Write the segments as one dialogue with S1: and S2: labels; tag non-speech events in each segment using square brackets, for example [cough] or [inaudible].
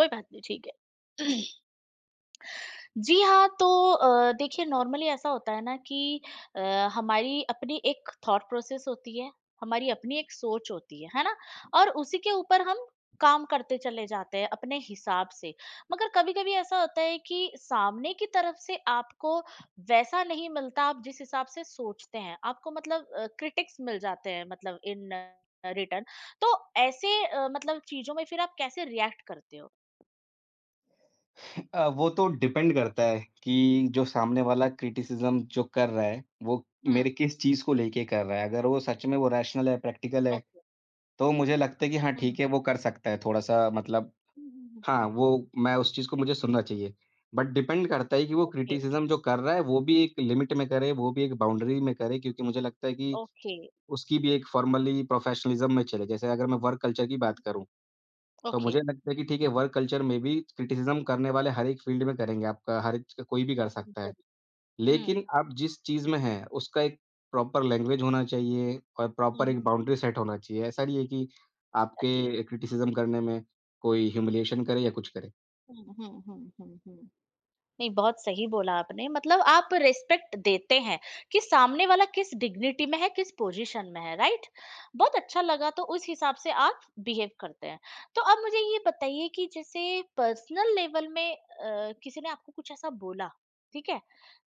S1: कोई बात नहीं, ठीक है। [clears throat] जी हाँ, तो देखिए नॉर्मली ऐसा होता है ना कि अ, हमारी अपनी एक थॉट प्रोसेस होती है, हमारी अपनी एक सोच होती है ना? और उसी के ऊपर हम काम करते चले जाते हैं अपने हिसाब से। मगर कभी-कभी ऐसा होता है कि सामने की तरफ से आपको वैसा नहीं मिलता आप जिस हिसाब से सोचते हैं। आपको मतलब क्रिटिक्स मिल जाते हैं मतलब इन रिटर्न। तो ऐसे मतलब चीज़ों में फिर आप कैसे रिएक्ट करते हो?
S2: वो तो डिपेंड करता है कि जो सामने वाला क्रिटिसिज्म जो कर रहा है, वो
S1: हुँ,
S2: मेरे किस चीज़ को लेके कर रहा है। अगर वो सच में वो रैशनल है, प्रैक्टिकल है,
S1: ओके।
S2: तो मुझे लगता है कि हाँ
S1: हुँ, हुँ।
S2: ठीक है, वो कर सकता है थोड़ा-सा मतलब
S1: Mhm.
S2: हाँ, वो मैं उस चीज़ को मुझे सुनना चाहिए। बट डिपेंड करता है कि वो
S1: Okay,
S2: क्रिटिसिज्म जो कर रहा है, वो भी एक लिमिट में करे, वो भी एक बाउंड्री में करे क्योंकि मुझे लगता है कि
S1: okay.
S2: उसकी भी एक फ़ॉर्मली प्रोफ़ेशनलिज़्म में चले। जैसे अगर मैं वर्क कल्चर की बात करूँ तो मुझे
S1: Okay.
S2: लगता है कि ठीक है, वर्क कल्चर में भी क्रिटिसिज़्म करने वाले हर एक फ़ील्ड में करेंगे, आपका हर एक कोई भी कर
S1: Mhm.
S2: सकता है।
S1: Hmm.
S2: लेकिन आप जिस चीज़ में हैं, उसका एक प्रॉपर लैंग्वेज होना चाहिए और प्रॉपर
S1: Mhm.
S2: एक बाउंड्री सेट होना चाहिए। ऐसा नहीं है कि
S1: Exactly.
S2: आपके क्रिटिसिज़्म करने में कोई ह्यूमिलिएशन करे या कुछ करे।
S1: Hmm, hmm, hmm, hmm, hmm। नहीं, बहुत सही बोला आपने। मतलब आप रिस्पेक्ट देते हैं कि सामने वाला किस डिग्निटी में है, किस पोज़ीशन में है, राइट? बहुत अच्छा लगा तो उस हिसाब से आप बिहेव करते हैं। तो अब मुझे ये बताइए कि जैसे पर्सनल लेवल में किसी ने आपको कुछ ऐसा बोला, ठीक है?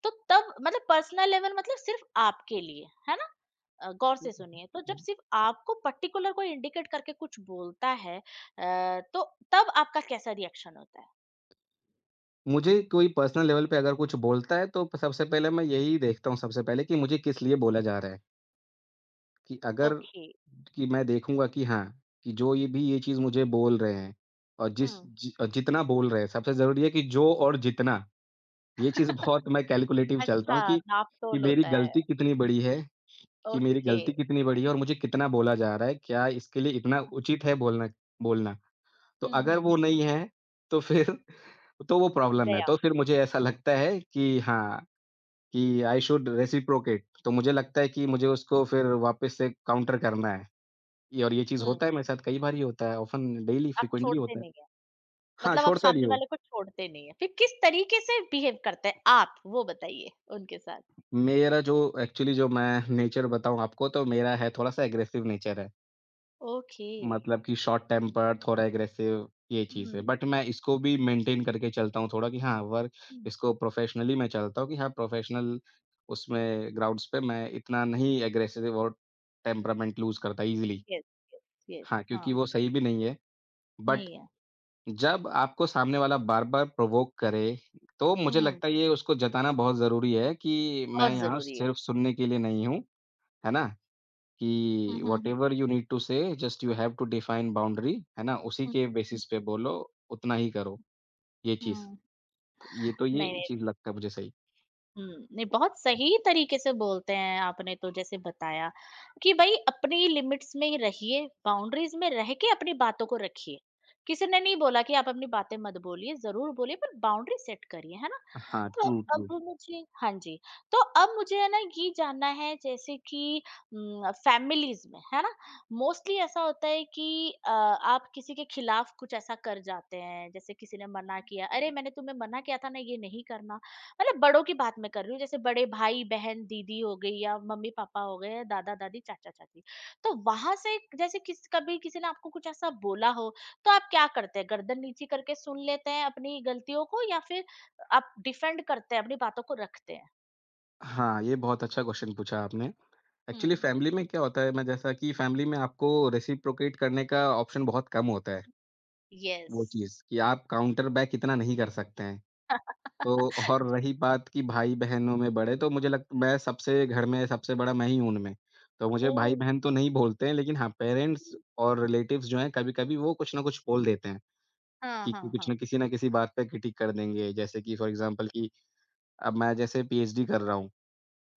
S1: तो तब मतलब पर्सनल लेवल मतलब सिर्फ़ आपके लिए, है ना? गौर से सुनिए, तो जब सिर्फ़ आपको पर्टिकुलर कोई इंडिकेट करके कुछ बोलता है तो तब आपका कैसा रिएक्शन होता है?
S2: मुझे कोई पर्सनल लेवल पे अगर कुछ बोलता है, तो सबसे पहले मैं यही देखता हूँ सबसे पहले कि मुझे किस लिए बोला जा रहा है। कि अगर
S1: ओके।
S2: कि मैं देखूँगा कि हाँ, कि जो ये चीज़ मुझे बोल रहे हैं और
S1: हुँ।
S2: जितना बोल रहे हैं, सबसे ज़रूरी है कि जो और जितना, ये चीज़ बहुत मैं कैलकुलेटिव चलता
S1: अच्छा,
S2: हूँ कि
S1: नाप-तोल
S2: मेरी
S1: होता है,
S2: गलती कितनी बड़ी है कि मेरी
S1: ओके।
S2: गलती कितनी बड़ी है और मुझे कितना बोला जा रहा है, क्या इसके लिए इतना उचित है बोलना बोलना? तो
S1: हुँ,
S2: अगर
S1: हुँ,
S2: वो
S1: हुँ,
S2: नहीं है, तो फिर [laughs] तो वो प्रॉब्लम है।
S1: गया।
S2: तो फिर मुझे ऐसा लगता है कि
S1: हुँ,
S2: हाँ, कि आई शुड रेसिप्रोकेट तो मुझे लगता है कि मुझे उसको फिर वापस से काउंटर करना है। ये और ये चीज़
S1: हुँ,
S2: होता है मेरे साथ कई बार ही होता है, ऑफ़न डेली
S1: आप
S2: फ्रीक्वेंटली
S1: छोड़ते
S2: होता है।
S1: नहीं हैं,
S2: हाँ,
S1: मतलब आप
S2: छोड़ता नहीं
S1: सामने
S2: हूँ।
S1: वाले को छोड़ते नहीं हैं, फिर किस तरीके से बिहेव करते हैं आप, वो बताइए उनके साथ?
S2: मेरा जो एक्चुअली जो मैं नेचर बताऊँ आपको तो मेरा है थोड़ा-सा एग्रेसिव नेचर है।
S1: ओके।
S2: मतलब कि शॉर्ट
S1: हुँ,
S2: टेम्पर, थोड़ा एग्रेसिव ये चीज़
S1: हुँ,
S2: है। बट
S1: हुँ,
S2: मैं इसको भी मेंटेन करके चलता हूँ थोड़ा कि हाँ, वर्क
S1: हुँ,
S2: इसको प्रोफ़ेशनली मैं चलता हूँ कि हाँ, प्रोफ़ेशनल उसमें ग्राउंड्स पे मैं इतना नहीं एग्रेसिव और टेम्परामेंट लूज़ करता ईज़िली।
S1: यस, यस, यस,
S2: हाँ,
S1: हाँ,
S2: क्योंकि वो सही भी नहीं है। बट
S1: नहीं है।
S2: जब आपको सामने वाला बार-बार प्रोवोक करे, तो मुझे
S1: हुँ,
S2: लगता है ये उसको जताना बहुत ज़रूरी है कि मैं
S1: बहुत
S2: यहाँ
S1: ज़रूरी है।
S2: सिर्फ़ सुनने के लिए नहीं हूँ, है ना? कि
S1: hmm, hmm, hmm,
S2: whatever you need to say just you have to define boundary है ना? उसी
S1: हुँ,
S2: के
S1: हुँ,
S2: बेसिस पे बोलो, उतना ही करो, ये चीज़।
S1: हुँ,
S2: ये तो ये
S1: नहीं
S2: चीज़ लगता है मुझे सही।
S1: हुँ, नहीं बहुत सही तरीके से बोलते हैं आपने तो जैसे बताया कि भई अपनी लिमिट्स में ही रहिए, बाउंड्रीज़ में रह के अपनी बातों को रखिए। किसी ने नहीं बोला कि आप अपनी बातें मत बोलिए, ज़रूर बोलिए पर बाउंड्री सेट करिए, है ना?
S2: हाँ,
S1: तो
S2: ट्रू,
S1: अब
S2: ट्रू।
S1: मुझे हाँ जी, तो अब मुझे है ना ये जानना है जैसे कि फैमिलीज़ में, है ना? मोस्टली ऐसा होता है कि आप किसी के खिलाफ कुछ ऐसा कर जाते हैं, जैसे किसी ने मना किया, "अरे! मैंने तुम्हें मना किया था ना ये नहीं करना।" मतलब बड़ों की बात मैं कर रही हूँ, जैसे बड़े भाई-बहन, दीदी हो गई या मम्मी-पापा हो गए, दादा-दादी, चाचा-चाची। तो वहाँ से जैसे किस कभी किसी ने आपको कुछ ऐसा बोला हो, तो आप क्या करते हैं? गर्दन नीची करके सुन लेते हैं अपनी गलतियों को या फिर आप डिफेंड करते हैं, अपनी बातों को रखते हैं।
S2: हाँ, ये बहुत अच्छा क्वेश्चन पूछा आपने। एक्चुअली
S1: हुँ,
S2: फैमिली में क्या होता है ना जैसा कि फैमिली में आपको रेसिप्रोकेट करने का ऑप्शन बहुत कम होता है,
S1: यस।
S2: वो चीज़ कि आप काउंटर बैक इतना नहीं कर सकते हैं। तो और
S1: [laughs]
S2: रही बात कि भाई-बहनों में बड़े, तो मुझे लग मैं सबसे घर में सबसे बड़ा मैं ही हूँ उनमें। तो मुझे
S1: ओह!
S2: भाई-बहन तो नहीं बोलते हैं, लेकिन हाँ, पेरेंट्स और रिलेटिव्स जो हैं, कभी-कभी वो कुछ ना कुछ बोल देते हैं
S1: हाँ,
S2: कि
S1: हाँ,
S2: कुछ न
S1: हाँ।
S2: किसी ना किसी बात पे क्रिटिक कर देंगे। जैसे कि फॉर एग्ज़ाम्पल कि अब मैं जैसे पीएचडी कर रहा हूँ,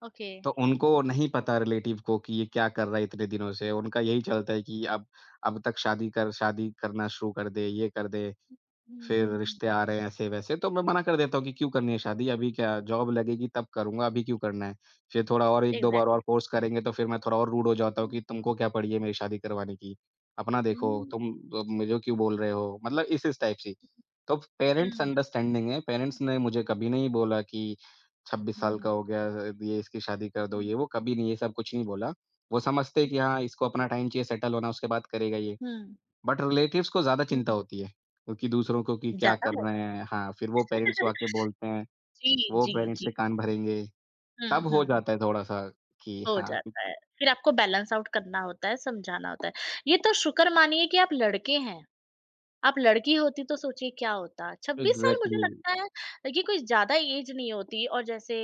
S1: ओके।
S2: तो उनको नहीं पता रिलेटिव को कि ये क्या कर रहा है इतने दिनों से। उनका यही चलता है कि अब तक शादी करना शुरू कर दे, ये कर दे।
S1: हुँ,
S2: फिर
S1: हुँ, हुँ।
S2: रिश्ते आ रहे हैं ऐसे-वैसे, तो मैं मना कर देता हूँ कि क्यों करनी है शादी, अभी क्या जॉब लगेगी तब करूँगा, अभी क्यों करना है? फिर थोड़ा और 1-2 बार
S1: एग्ज़ैक्टली।
S2: और फोर्स करेंगे तो फिर मैं थोड़ा और रूड हो जाता हूँ
S1: हुँ,
S2: कि तुमको क्या पड़ी है मेरी शादी करवाने की? अपना देखो,
S1: हुँ,
S2: तुम मुझे क्यों बोल रहे हो? मतलब इस टाइप से। तो पेरेंट्स
S1: हुँ,
S2: अंडरस्टैंडिंग है, पेरेंट्स ने मुझे कभी नहीं बोला कि
S1: हुँ,
S2: 26 साल
S1: हुँ,
S2: का हो गया ये इसकी शादी कर दो,
S1: हुँ,
S2: ये वो, कभी नहीं, ये सब कुछ नहीं बोला। वो समझते हैं कि हाँ, इसको अपना टाइम चाहिए सेटल होना, उसके बाद करेगा ये।
S1: हुँ,
S2: बट रिलेटिव्स को ज़्यादा चिंता
S1: हुँ।
S2: होती है, क्योंकि दूसरों को कि क्या
S1: ज़्यादा
S2: कर रहे
S1: होती।
S2: हैं हाँ, फिर वो पेरेंट्स को
S1: [laughs]
S2: आके बोलते हैं,
S1: जी,
S2: वो
S1: जी,
S2: पेरेंट्स के
S1: जी।
S2: कान भरेंगे,
S1: हुँ,
S2: तब हो
S1: हुँ।
S2: जाता है थोड़ा-सा कि
S1: हो
S2: हाँ,
S1: जाता है। फिर आपको बैलेंस आउट करना होता है, समझाना होता है। ये तो शुक्र मानिए कि आप लड़के हैं। आप लड़की होती तो सोचिए क्या होता। 26 साल मुझे
S2: एग्ज़ैक्टली
S1: लगता है ये कोई ज़्यादा एज नहीं होती और जैसे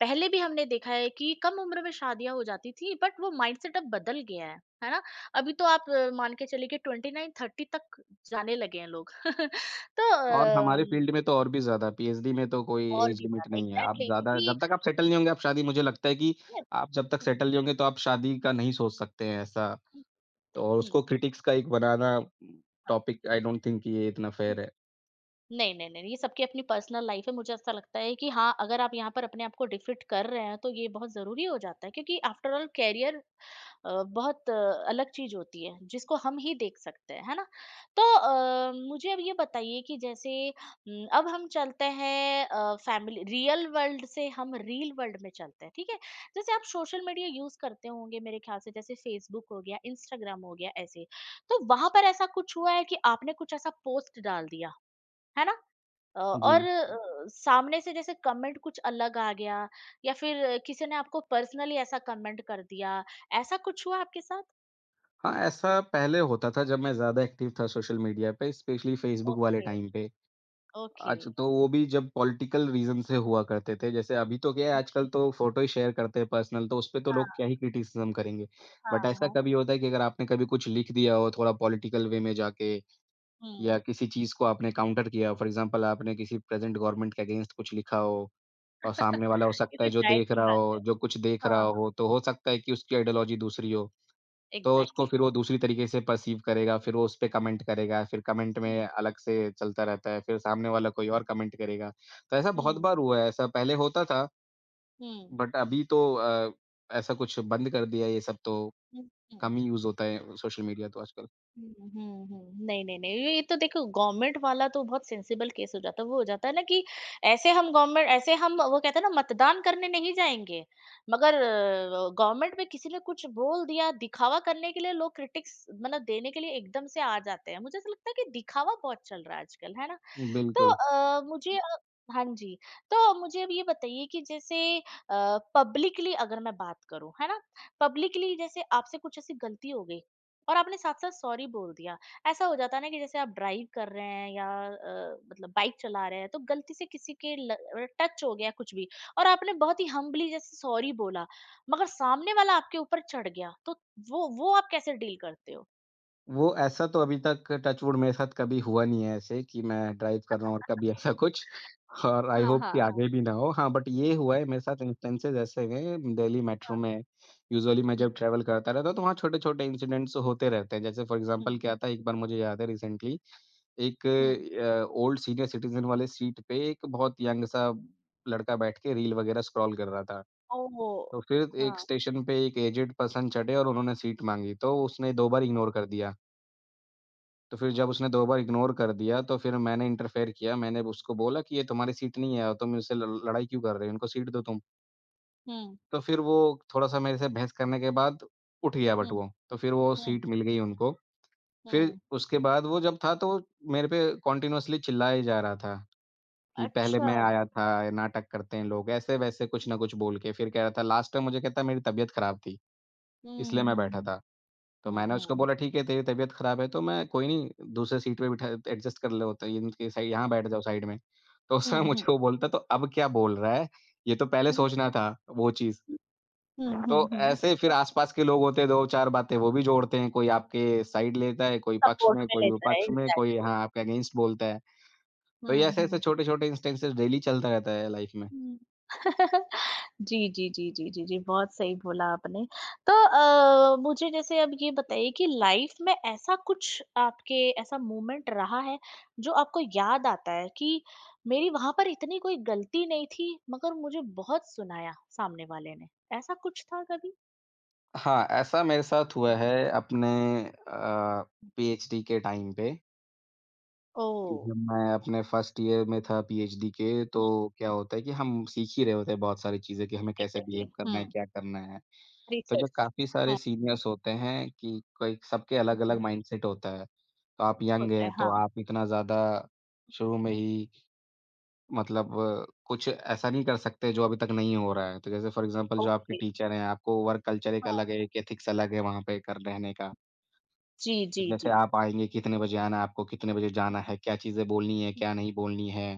S1: पहले भी हमने देखा है कि कम उम्र में शादियाँ हो जाती थी बट वो माइंडसेट अब बदल गया है। है ना? अभी तो आप मान के चलिए कि 29-30 तक जाने लगे हैं लोग। [laughs] तो
S2: और
S1: अम,
S2: हमारे फ़ील्ड में तो और भी ज़्यादा पीएचडी में तो कोई
S1: और
S2: ऐज
S1: भी
S2: लिमिट
S1: ज़्यादा
S2: नहीं है। आप
S1: एग्ज़ैक्टली
S2: ज़्यादा
S1: क्योंकि
S2: जब तक आप सेटल नहीं होंगे आप शादी मुझे लगता है कि
S1: यस
S2: आप जब तक
S1: हुँ,
S2: सेटल नहीं होंगे तो आप शादी का नहीं सोच सकते हैं ऐसा,
S1: हुँ,
S2: तो
S1: हुँ,
S2: और उसको
S1: हुँ,
S2: क्रिटिक्स का एक बनाना
S1: हाँ।
S2: टॉपिक आई डोंट थिंक कि ये इतना फ़ेयर है।
S1: नहीं, नहीं, नहीं, ये सबकी अपनी पर्सनल लाइफ है। मुझे ऐसा लगता है कि हाँ, अगर आप यहाँ पर अपने आप को डिफिट कर रहे हैं, तो ये बहुत ज़रूरी हो जाता है क्योंकि आफ्टर ऑल करियर बहुत अलग चीज़ होती है, जिसको हम ही देख सकते हैं, है ना? तो मुझे अब ये बताइए कि जैसे अब हम चलते हैं फैमिली रियल वर्ल्ड से हम रील वर्ल्ड में चलते हैं, ठीक है? जैसे आप सोशल मीडिया यूज़ करते होंगे मेरे ख्याल से, जैसे फ़ेसबुक हो गया, इंस्टाग्राम हो गया, ऐसे। तो वहाँ पर ऐसा कुछ हुआ है कि आपने कुछ ऐसा पोस्ट डाल दिया, है ना? और
S2: जी।
S1: सामने से जैसे कमेंट कुछ अलग आ गया या फिर किसी ने आपको पर्सनली ऐसा कमेंट कर दिया, ऐसा कुछ हुआ आपके साथ?
S2: हाँ, ऐसा पहले होता था जब मैं ज़्यादा एक्टिव था सोशल मीडिया पे, स्पेशली फ़ेसबुक वाले
S1: ओके,
S2: टाइम पे।
S1: ओके।
S2: आज तो वो भी जब पॉलिटिकल रीज़न से हुआ करते थे, जैसे अभी तो क्या है
S1: हुँ,
S2: आजकल तो फ़ोटो ही शेयर करते हैं पर्सनल, तो उसपे तो लोग क्या
S1: हाँ,
S2: ही क्रिटिसिज़्म करेंगे। बट
S1: हाँ,
S2: ऐसा
S1: हाँ।
S2: कभी होता है कि अगर आपने कभी कुछ लिख दिया हो थोड़ा पॉलिटिकल वे में जाके
S1: हुँ।
S2: या किसी चीज़ को आपने काउंटर किया हो, फॉर एग्ज़ाम्पल आपने किसी प्रेज़ेंट गवर्नमेंट के अगेंस्ट कुछ लिखा हो और
S1: [laughs]
S2: सामने वाला हो
S1: ये
S2: सकता
S1: तो
S2: है जो देख
S1: ज़ाहिर-सी
S2: रहा
S1: बात
S2: हो
S1: है।
S2: जो कुछ देख रहा
S1: हाँ,
S2: हो, तो हो सकता है कि उसकी आइडियोलॉजी दूसरी हो। तो उसको
S1: एग्ज़ैक्टली।
S2: फिर वो दूसरी तरीके से पर्सीव करेगा, फिर वो उसपे कमेंट करेगा, फिर कमेंट
S1: हुँ,
S2: में अलग से चलता रहता है, फिर सामने वाला कोई और कमेंट करेगा। तो ऐसा बहुत
S1: हुँ,
S2: बार हुआ है, ऐसा पहले होता था,
S1: हुँ,
S2: बट अभी तो ऐसा कुछ बंद कर दिया है ये सब तो
S1: हुँ, हुँ।
S2: कम ही यूज़ होता है सोशल मीडिया तो आजकल।
S1: हुँ, हुँ, हुँ। नहीं, नहीं, नहीं, ये तो देखो गवर्नमेंट वाला तो बहुत सेंसिबल केस हो जाता है। वो हो जाता है ना कि ऐसे हम गवर्नमेंट ऐसे हम वो कहते हैं ना मतदान करने नहीं जाएँगे, मगर गवर्नमेंट में किसी ने कुछ बोल दिया, दिखावा करने के लिए लोग क्रिटिक्स मतलब देने के लिए एकदम से आ जाते हैं। मुझे ऐसा लगता है कि दिखावा बहुत चल रहा है आजकल, है ना? तो
S2: बिल्कुल।
S1: मुझे अ हाँ जी, तो मुझे अब ये बताइए कि जैसे पब्लिकली अगर मैं बात करूँ, है ना? पब्लिकली जैसे आपसे कुछ ऐसी गलती हो गई और आपने साथ-साथ सॉरी बोल दिया। ऐसा हो जाता है ना कि जैसे आप ड्राइव कर रहे हैं या मतलब बाइक चला रहे हैं तो गलती से किसी के ल टच हो गया कुछ भी और आपने बहुत ही हम्बली जैसे सॉरी बोला, मगर सामने वाला आपके ऊपर चढ़ गया तो वो आप कैसे डील करते हो?
S2: वो ऐसा तो अभी तक टच वुड मेरे साथ कभी हुआ नहीं है ऐसे कि मैं ड्राइव कर रहा हूँ और कभी ऐसा कुछ और आई
S1: हाँ,
S2: होप कि
S1: हाँ, हाँ।
S2: आगे भी ना हो। हाँ, बट ये हुआ है मेरे साथ इंस्टेंसेस ऐसे हैं दिल्ली मेट्रो
S1: हाँ।
S2: में यूजुअली मैं
S1: हुँ,
S2: जब ट्रैवल करता रहता हूँ तो वहाँ छोटे-छोटे इंसिडेंट्स होते रहते हैं। जैसे फॉर
S1: हुँ,
S2: एग्ज़ाम्पल क्या था एक बार मुझे याद है रिसेंटली एक
S1: हुँ।
S2: ओल्ड सीनियर सिटीज़न वाले सीट पे एक बहुत यंग सा लड़का बैठ के रील वगैरह स्क्रॉल कर रहा था।
S1: ओह!
S2: तो फिर एक
S1: हाँ।
S2: स्टेशन पे एक एजेड पर्सन चढ़े और उन्होंने सीट माँगी, तो उसने 2 बार इग्नोर कर दिया। तो फिर जब उसने 2 बार इग्नोर कर दिया, तो फिर मैंने इंटरफेयर किया, मैंने उसको बोला कि ये तुम्हारी सीट नहीं है और तुम इससे ल लड़ाई क्यों कर रहे हो? इनको सीट दो तुम।
S1: हुँ,
S2: तो फिर वो थोड़ा-सा मेरे से बहस करने के बाद उठ गया बट
S1: हुँ,
S2: वो, तो फिर वो
S1: हुँ,
S2: सीट मिल गई उनको। फिर
S1: हुँ।
S2: उसके बाद वो जब था तो मेरे पे कंटीन्यूअसली चिल्लाया ही जा रहा था कि पहले
S1: अच्छा।
S2: मैं आया था, ये नाटक करते हैं लोग, ऐसे-वैसे कुछ ना कुछ बोल के। फिर कह रहा था लास्ट में मुझे कहता है मेरी तबीयत खराब थी,
S1: हुँ,
S2: इसलिए मैं बैठा
S1: हुँ,
S2: था। तो
S1: हुँ,
S2: मैंने उसको
S1: हुँ,
S2: बोला, "ठीक है, तेरी तबीयत ख़राब है, तो मैं कोई नहीं दूसरे सीट पे बिठा एडजस्ट कर लो, तो इनके साइ यहाँ
S1: हुँ,
S2: बैठ जाओ साइड में।" तो उस
S1: हुँ,
S2: समय
S1: हुँ,
S2: [laughs] मुझे
S1: हुँ,
S2: वो बोलता, "तो अब क्या बोल रहा है? ये तो पहले
S1: हुँ,
S2: सोचना था वो चीज़।"
S1: हुँ, हुँ,
S2: तो
S1: हुँ।
S2: ऐसे फिर आस-पास के लोग होते हैं, 2-4 बातें वो भी जोड़ते हैं, कोई आपके साइड लेता है, कोई पक्ष
S1: सपोर्ट
S2: में,
S1: में
S2: कोई
S1: लेता है,
S2: विपक्ष में, कोई
S1: एग्ज़ैक्टली।
S2: हाँ, आपके अगेंस्ट बोलता है। तो ये
S1: हुँ,
S2: ऐसे-ऐसे
S1: हुँ।
S2: छोटे-छोटे इंस्टेंसेस डेली चलता रहता है लाइफ़ में।
S1: हुँ। जी, जी, जी, जी, जी, जी, बहुत सही बोला आपने। तो मुझे जैसे अब ये बताइए कि लाइफ़ में ऐसा कुछ आपके ऐसा मोमेंट रहा है, जो आपको याद आता है कि मेरी वहाँ पर इतनी कोई गलती नहीं थी, मगर मुझे बहुत सुनाया सामने वाले ने, ऐसा कुछ था कभी?
S2: हाँ, ऐसा मेरे साथ हुआ
S1: हुँ।
S2: है अपने अ, पीएचडी के टाइम पे। कि
S1: ओह!
S2: जब मैं अपने फर्स्ट ईयर में था पीएचडी के,
S1: हुँ,
S2: तो क्या होता है कि हम सीख ही रहे होते हैं बहुत सारी चीज़ें कि हमें कैसे
S1: एग्ज़ैक्टली
S2: बिहेव करना है,
S1: हुँ,
S2: क्या करना है। तो जब
S1: रिसर्च।
S2: काफ़ी सारे
S1: हाँ, हुँ,
S2: सीनियर्स होते हैं कि कोई सबके
S1: हुँ,
S2: अलग-अलग माइंडसेट होता है। तो आप यंग
S1: होता है,
S2: हैं, तो
S1: हाँ,
S2: आप इतना ज़्यादा शुरू में ही मतलब कुछ ऐसा नहीं कर सकते जो अभी तक नहीं हो रहा है। तो जैसे फॉर एग्ज़ाम्पल जो आपके
S1: ओके,
S2: टीचर हैं, आपको वर्क कल्चर एक
S1: हाँ।
S2: अलग है, एक एथिक्स अलग है वहाँ पे कर रहने का।
S1: जी, जी,
S2: जैसे
S1: जी।
S2: आप आएँगे, कितने बजे आना है आपको, कितने बजे जाना है, क्या चीज़ें बोलनी है,
S1: हुँ,
S2: क्या नहीं बोलनी है,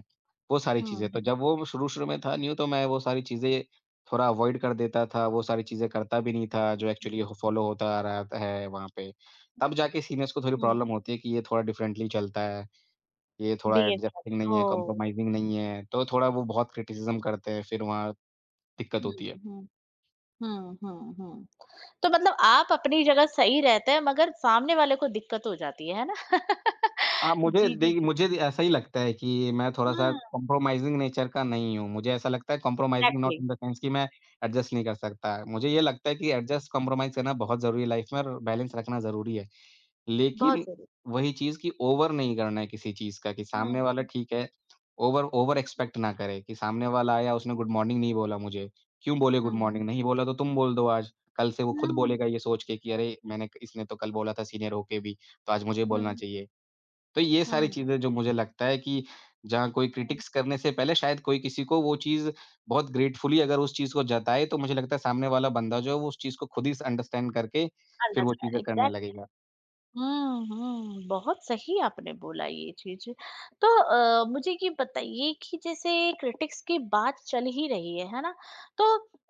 S2: वो सारी चीज़ें। तो
S1: हुँ,
S2: जब वो शुरू-शुरू में था न्यू तो मैं वो सारी चीज़ें थोड़ा अवॉइड कर देता था, वो सारी चीज़ें करता भी नहीं था जो एक्चुअली हो फॉलो होता आ रहा है वहाँ पे। तब जाके सीनियर्स को थोड़ी
S1: हुँ।
S2: प्रॉब्लम होती है कि ये थोड़ा डिफरेंटली चलता है, ये थोड़ा
S1: बीए तक,
S2: एडजस्टिंग नहीं है,
S1: ओह!
S2: कॉम्प्रोमाइज़िंग नहीं है, तो थोड़ा वो बहुत क्रिटिसिज़्म करते हैं, फिर वहाँ दिक्कत
S1: हुँ,
S2: होती है।
S1: हुँ। हुँ, हुँ, हुँ। तो मतलब आप अपनी जगह सही रहते हैं मगर सामने वाले को दिक्कत हो जाती है ना? [laughs]
S2: हाँ, मुझे
S1: जी, जी,
S2: देखिए
S1: जी।
S2: मुझे भी ऐसा ही लगता है कि मैं थोड़ा-सा
S1: हाँ,
S2: कॉम्प्रोमाइज़िंग नेचर का नहीं हूँ। मुझे ऐसा लगता है compromising not
S1: exactly.
S2: In the sense कि मैं एडजस्ट नहीं कर सकता। मुझे ये लगता है कि एडजस्ट कॉम्प्रोमाइज़ करना बहुत ज़रूरी है लाइफ़ में और बैलेंस रखना ज़रूरी है।
S1: बहुत
S2: लेकिन
S1: ज़रूरी।
S2: वही चीज़ कि ओवर नहीं करना है किसी चीज़ का कि सामने
S1: हुँ,
S2: वाला
S1: हुँ,
S2: ठीक है, ओवर ओवर एक्सपेक्ट ना करे कि सामने वाला आया उसने गुड मॉर्निंग नहीं बोला मुझे। क्यों बोले गुड मॉर्निंग?
S1: हुँ,
S2: नहीं बोला तो तुम बोल दो आज। कल से वो खुद
S1: हुँ,
S2: बोलेगा ये सोच के कि अरे! मैंने इसने तो कल बोला था सीनियर होके भी, तो आज मुझे बोलना
S1: हुँ,
S2: चाहिए। तो ये
S1: हुँ,
S2: सारी
S1: हुँ,
S2: चीज़ें जो मुझे लगता है कि जहाँ कोई
S1: हुँ।
S2: क्रिटिक्स करने से पहले शायद कोई किसी को वो चीज़ बहुत ग्रेटफुली अगर उस चीज़ को जताए, तो मुझे लगता है सामने वाला बंदा जो है वो उस चीज़ को खुद ही स अंडरस्टैंड करके फिर वो
S1: अंडरस्टैंड,
S2: चीज़ें करने
S1: एग्ज़ैक्ट
S2: लगेगा।
S1: हुँ, हुँ, बहुत सही आपने बोला ये चीज़। तो मुझे ये बताइए कि जैसे क्रिटिक्स की बात चल ही रही है ना? तो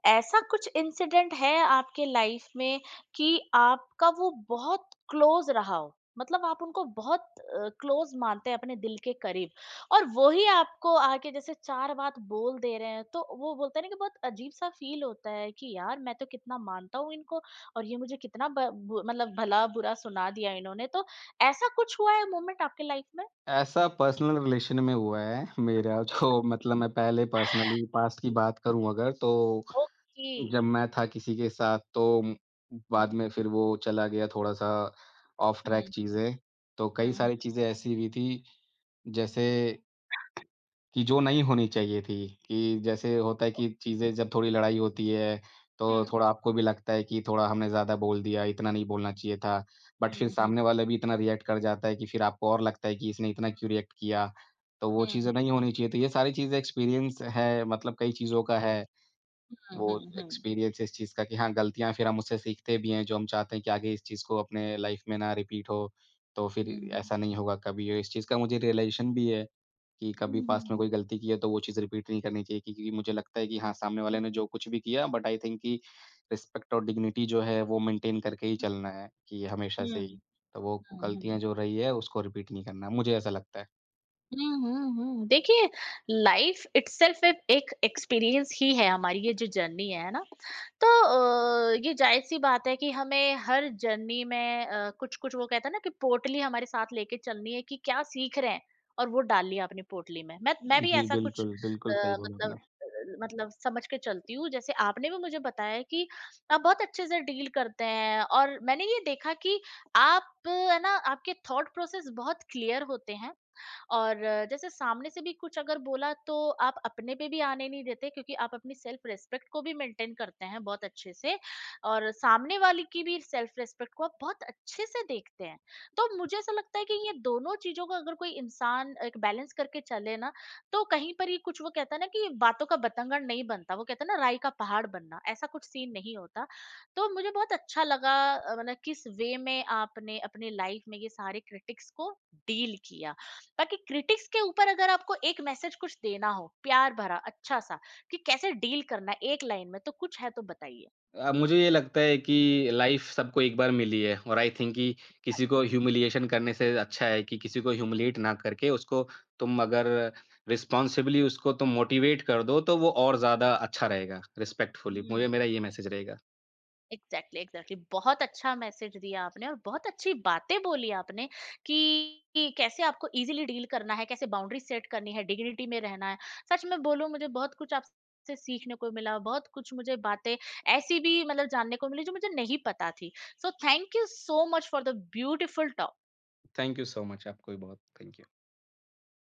S1: ऐसा कुछ इंसिडेंट है आपके लाइफ में कि आपका वो बहुत क्लोज़ रहा हो? मतलब आप उनको बहुत क्लोज़ मानते हैं, अपने दिल के करीब और वो ही आपको आके जैसे 4 बात बोल दे रहे हैं, तो वो बोलते हैं ना कि बहुत अजीब-सा फ़ील होता है कि यार मैं तो कितना मानता हूँ इनको और ये मुझे कितना ब बु मतलब भला-बुरा सुना दिया इन्होंने, तो ऐसा कुछ हुआ है मोमेंट आपके लाइफ में?
S2: ऐसा पर्सनल रिलेशन में हुआ है मेरा [laughs] जो मतलब मैं पहले पर्सनली पास्ट की बात करूँ अगर तो
S1: ओके।
S2: जब मैं था किसी के साथ तो बाद
S1: हुँ,
S2: में फिर वो चला गया थोड़ा-सा ऑफ ट्रैक
S1: हुँ,
S2: चीज़ें। तो
S1: हुँ,
S2: कई
S1: हुँ।
S2: सारी चीज़ें ऐसी हुई थी जैसे कि जो नहीं होनी चाहिए थी, कि जैसे होता है
S1: ओ
S2: कि चीज़ें जब थोड़ी लड़ाई होती है, तो
S1: हुँ,
S2: थोड़ा आपको भी लगता है कि थोड़ा हमने ज़्यादा बोल दिया, इतना नहीं बोलना चाहिए था। बट फिर
S1: हुँ, हुँ,
S2: सामने वाला भी इतना रिएक्ट कर जाता है कि फिर आपको और लगता है कि इसने इतना क्यों रिएक्ट किया? तो वो चीज़ें
S1: हुँ,
S2: नहीं होनी चाहिए। तो ये सारी चीज़ें एक्सपीरियंस है मतलब कई
S1: एक
S2: चीज़ों का है।
S1: हुँ,
S2: वो
S1: हुँ, हुँ,
S2: एक्सपीरियंस इस चीज़ का कि हाँ, गलतियाँ फिर हम उससे सीखते भी हैं, जो हम चाहते हैं कि आगे इस चीज़ को अपने लाइफ़ में ना रिपीट हो, तो फिर
S1: हुँ,
S2: ऐसा नहीं होगा कभी। और इस चीज़ का मुझे रियलाइज़ेशन भी है कि
S1: हुँ,
S2: कभी
S1: हुँ, हुँ,
S2: पास्ट में
S1: हुँ,
S2: कोई गलती की है, तो वो चीज़ रिपीट नहीं करनी चाहिए क्योंकि मुझे लगता है कि हाँ, सामने वाले ने जो कुछ भी किया बट आई थिंक कि रिस्पेक्ट और डिग्निटी जो है, वो मेंटेन करके ही चलना है कि हमेशा से
S1: हुँ,
S2: ही। तो वो
S1: हुँ,
S2: गलतियाँ
S1: हुँ।
S2: जो रही है, उसको रिपीट नहीं करना, मुझे ऐसा लगता है।
S1: हुँ, हुँ, हुँ। देखिए लाइफ़ इटसेल्फ एक एक एक्सपीरियंस ही है हमारी ये जो जर्नी है ना? तो ये ज़ाहिर-सी बात है कि हमें हर जर्नी में कुछ-कुछ वो कहते हैं ना कि पोटली हमारे साथ लेके चलनी है कि क्या सीख रहे हैं और वो डाल लिया अपनी पोटली में। मैं भी
S2: जी,
S1: ऐसा कुछ
S2: बिल्कुल,
S1: अ,
S2: बिल्कुल सही बोला आपने।
S1: मतलब अ, मतलब समझ के चलती हूँ जैसे आपने भी मुझे बताया कि आप बहुत अच्छे से डील करते हैं और मैंने ये देखा कि आप है ना आपके थॉट प्रोसेस बहुत क्लियर होते हैं और जैसे सामने से भी कुछ अगर बोला तो आप अपने पे भी आने नहीं देते क्योंकि आप अपनी सेल्फ रिस्पेक्ट को भी मेंटेन करते हैं बहुत अच्छे से और सामने वाले की भी सेल्फ रिस्पेक्ट को आप बहुत अच्छे से देखते हैं। तो मुझे ऐसा लगता है कि ये दोनों चीजों को अगर कोई इंसान एक बैलेंस करके चले ना, तो कहीं पर ही कुछ वो कहता है ना कि बातों का बतंगड़ नहीं बनता, वो कहता है ना राई का पहाड़ बनना, ऐसा कुछ सीन नहीं होता। तो मुझे बहुत अच्छा लगा मतलब किस वे में आपने अपने लाइफ में ये सारे क्रिटिक्स को डील किया। ताकि क्रिटिक्स के ऊपर अगर आपको एक मैसेज कुछ देना हो प्यार भरा अच्छा सा, कि कैसे डील करना है एक लाइन में, तो कुछ है तो बताइए।
S2: मुझे ये लगता है कि लाइफ सबको एक बार मिली है और आई थिंक कि किसी को ह्यूमिलिएशन करने से अच्छा है कि किसी को ह्यूमिलिएट ना करके उसको तुम अगर रिस्पॉन्सिबली उसको तुम मोटिवेट कर दो तो वो और ज़्यादा अच्छा रहेगा रिस्पेक्टफुली। मुझे
S1: हम्म,
S2: मेरा ये मैसेज रहेगा।
S1: एग्जैक्टली, एग्जैक्टली, बहुत अच्छा मैसेज दिया आपने और बहुत अच्छी बातें बोली आपने कि कि कैसे आपको इजीली डील करना है, कैसे बाउंड्री सेट करनी है, डिग्निटी में रहना है। सच में बोलूं, मुझे बहुत कुछ आपसे सीखने को मिला, बहुत कुछ मुझे बातें ऐसी भी मतलब जानने को मिली जो मुझे नहीं पता थी। So thank you so much for the beautiful talk.
S2: Thank you so much आपको भी बहुत थैंक यू।